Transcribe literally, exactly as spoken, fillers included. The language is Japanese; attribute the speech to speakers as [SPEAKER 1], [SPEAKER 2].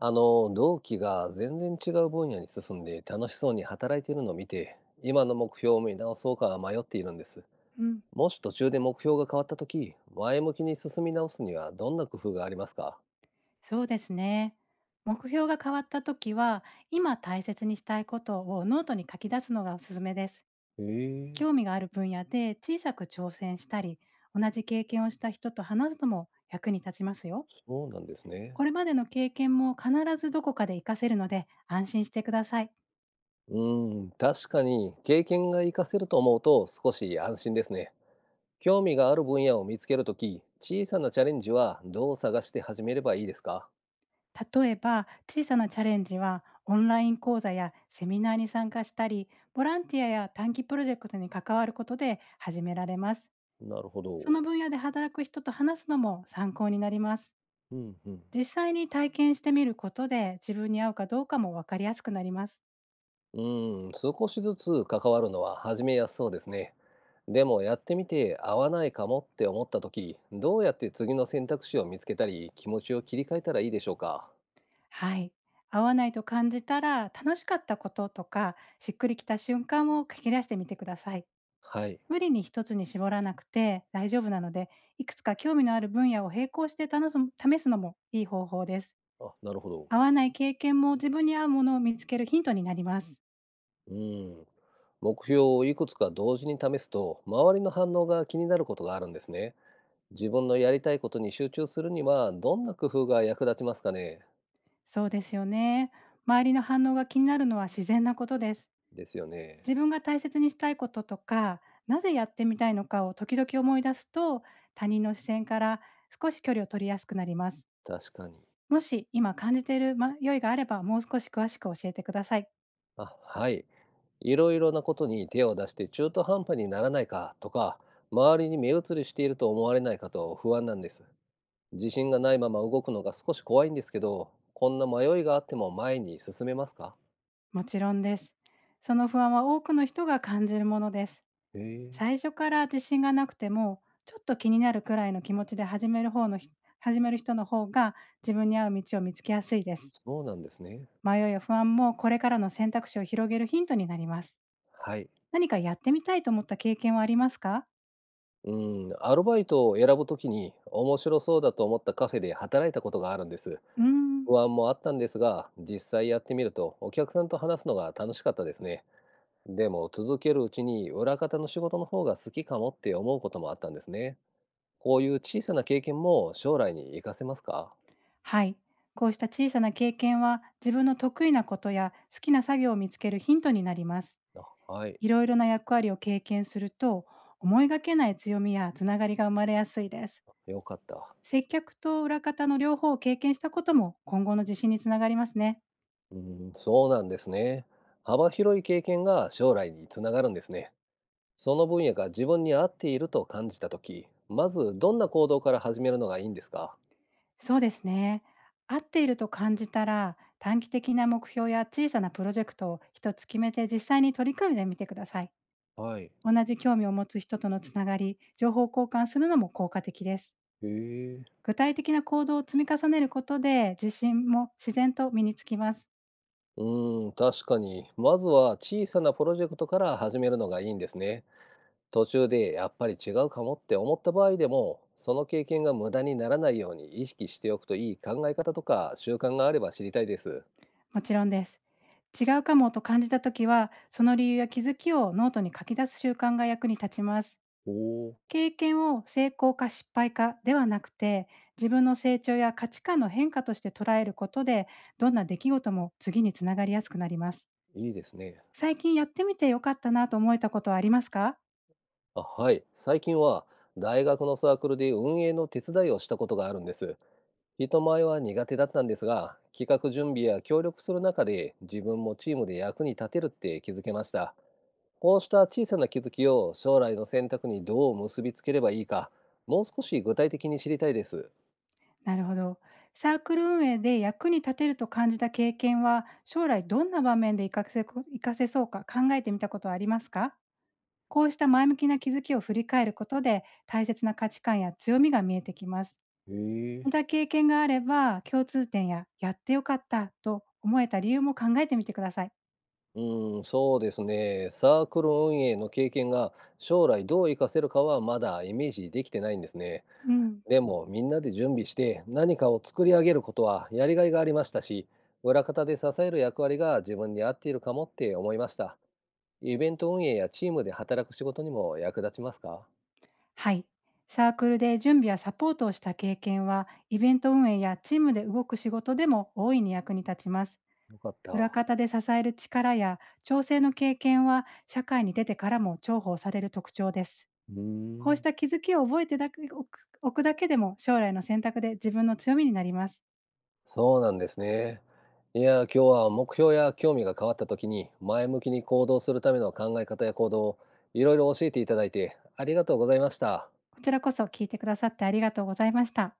[SPEAKER 1] あの、同期が全然違う分野に進んで楽しそうに働いているのを見て、今の目標を見直そうか迷っているんです。
[SPEAKER 2] うん、
[SPEAKER 1] もし途中で目標が変わった時、前向きに進み直すにはどんな工夫がありますか？
[SPEAKER 2] そうですね。目標が変わった時は、今大切にしたいことをノートに書き出すのがおすすめです。
[SPEAKER 1] へえ、
[SPEAKER 2] 興味がある分野で小さく挑戦したり、同じ経験をした人と話すのも役に立ちますよ。
[SPEAKER 1] そうなんですね。
[SPEAKER 2] これまでの経験も必ずどこかで活かせるので安心してください。
[SPEAKER 1] うん、確かに経験が活かせると思うと少し安心ですね。興味がある分野を見つける時、小さなチャレンジはどう探して始めればいいですか？
[SPEAKER 2] 例えば、小さなチャレンジはオンライン講座やセミナーに参加したり、ボランティアや短期プロジェクトに関わることで始められます。
[SPEAKER 1] なるほ
[SPEAKER 2] その
[SPEAKER 1] ど。
[SPEAKER 2] 分野で働く人と話すのも参考になります。
[SPEAKER 1] うんうん。
[SPEAKER 2] 実際に体験してみることで自分に合うかどうかも分かりやすくなります。
[SPEAKER 1] うーん、少しずつ関わるのは始めやすそうですね。でもやってみて合わないかもって思った時、どうやって次の選択肢を見つけたり、気持ちを切り替えたらいいでしょうか。
[SPEAKER 2] はい。合わないと感じたら楽しかったこととかしっくりきた瞬間を書き出してみてください。
[SPEAKER 1] はい。
[SPEAKER 2] 無理に一つに絞らなくて大丈夫なので、いくつか興味のある分野を並行して楽す試すのもいい方法です。
[SPEAKER 1] あ、なるほ
[SPEAKER 2] 合
[SPEAKER 1] ど。
[SPEAKER 2] わない経験も自分に合うものを見つけるヒントになります。
[SPEAKER 1] うーん。目標をいくつか同時に試すと、周りの反応が気になることがあるんですね。自分のやりたいことに集中するには、どんな工夫が役立ちますかね。
[SPEAKER 2] そうですよね。周りの反応が気になるのは自然なことです。
[SPEAKER 1] ですよね。
[SPEAKER 2] 自分が大切にしたいこととか、なぜやってみたいのかを時々思い出すと、他人の視線から少し距離を取りやすくなります。
[SPEAKER 1] 確かに。
[SPEAKER 2] もし今感じている迷いがあれば、もう少し詳しく教えてください。
[SPEAKER 1] あ、はい。いろいろなことに手を出して中途半端にならないかとか、周りに目移りしていると思われないかと不安なんです。自信がないまま動くのが少し怖いんですけど、こんな迷いがあっても前に進めますか？
[SPEAKER 2] もちろんです。その不安は多くの人が感じるものです。
[SPEAKER 1] へえ、
[SPEAKER 2] 最初から自信がなくても、ちょっと気になるくらいの気持ちで始める方の人始める人の方が自分に合う道を見つけやすいです。
[SPEAKER 1] そうなんですね。
[SPEAKER 2] 迷いや不安もこれからの選択肢を広げるヒントになります。
[SPEAKER 1] はい。
[SPEAKER 2] 何かやってみたいと思った経験はありますか？
[SPEAKER 1] うん、アルバイトを選ぶときに面白そうだと思ったカフェで働いたことがあるんです。
[SPEAKER 2] うーん、
[SPEAKER 1] 不安もあったんですが、実際やってみるとお客さんと話すのが楽しかったですね。でも続けるうちに裏方の仕事の方が好きかもって思うこともあったんですね。こういう小さな経験も将来に活かせますか？
[SPEAKER 2] はい。こうした小さな経験は、自分の得意なことや好きな作業を見つけるヒントになります。
[SPEAKER 1] あ、はい、
[SPEAKER 2] いろいろな役割を経験すると、思いがけない強みやつながりが生まれやすいです。
[SPEAKER 1] よかった。
[SPEAKER 2] 接客と裏方の両方を経験したことも、今後の自信につながりますね。
[SPEAKER 1] うん、そうなんですね。幅広い経験が将来につながるんですね。その分野が自分に合っていると感じた時、まずどんな行動から始めるのがいいんですか？
[SPEAKER 2] そうですね。合っていると感じたら、短期的な目標や小さなプロジェクトを一つ決めて実際に取り組んでみてください。
[SPEAKER 1] はい。
[SPEAKER 2] 同じ興味を持つ人とのつながり、情報交換するのも効果的です。
[SPEAKER 1] へえ。
[SPEAKER 2] 具体的な行動を積み重ねることで、自信も自然と身につきます。
[SPEAKER 1] うん、確かに。まずは小さなプロジェクトから始めるのがいいんですね。途中でやっぱり違うかもって思った場合でも、その経験が無駄にならないように意識しておくといい考え方とか習慣があれば知りたいです。
[SPEAKER 2] もちろんです。違うかもと感じたときは、その理由や気づきをノートに書き出す習慣が役に立ちます。
[SPEAKER 1] おお、
[SPEAKER 2] 経験を成功か失敗かではなくて、自分の成長や価値観の変化として捉えることで、どんな出来事も次につながりやすくなります。
[SPEAKER 1] いいですね。
[SPEAKER 2] 最近やってみてよかったなと思えたことはありますか？
[SPEAKER 1] あ、はい。最近は大学のサークルで運営の手伝いをしたことがあるんです。人前は苦手だったんですが、企画準備や協力する中で自分もチームで役に立てるって気づけました。こうした小さな気づきを将来の選択にどう結びつければいいか、もう少し具体的に知りたいです。
[SPEAKER 2] なるほど。サークル運営で役に立てると感じた経験は、将来どんな場面で活かせこ活かせそうか考えてみたことはありますか？こうした前向きな気づきを振り返ることで、大切な価値観や強みが見えてきます。
[SPEAKER 1] へえ。
[SPEAKER 2] また経験があれば、共通点ややってよかったと思えた理由も考えてみてください。
[SPEAKER 1] うん、そうですね。サークル運営の経験が将来どう活かせるかはまだイメージできてないんですね。
[SPEAKER 2] うん。
[SPEAKER 1] でもみんなで準備して何かを作り上げることはやりがいがありましたし、裏方で支える役割が自分に合っているかもって思いました。イベント運営やチームで働く仕事にも役立ちますか？
[SPEAKER 2] はい。サークルで準備やサポートをした経験は、イベント運営やチームで動く仕事でも大いに役に立ちます。
[SPEAKER 1] よかっ
[SPEAKER 2] 裏
[SPEAKER 1] た。
[SPEAKER 2] 方で支える力や調整の経験は社会に出てからも重宝される特徴です。
[SPEAKER 1] うー
[SPEAKER 2] こうし
[SPEAKER 1] ん、
[SPEAKER 2] た気づきを覚えてだけおくおくだけでも将来の選択で自分の強みになります。
[SPEAKER 1] そうなんですね。いや、今日は目標や興味が変わった時に前向きに行動するための考え方や行動をいろいろ教えていただいてありがとうございました。
[SPEAKER 2] こちらこそ聞いてくださってありがとうございました。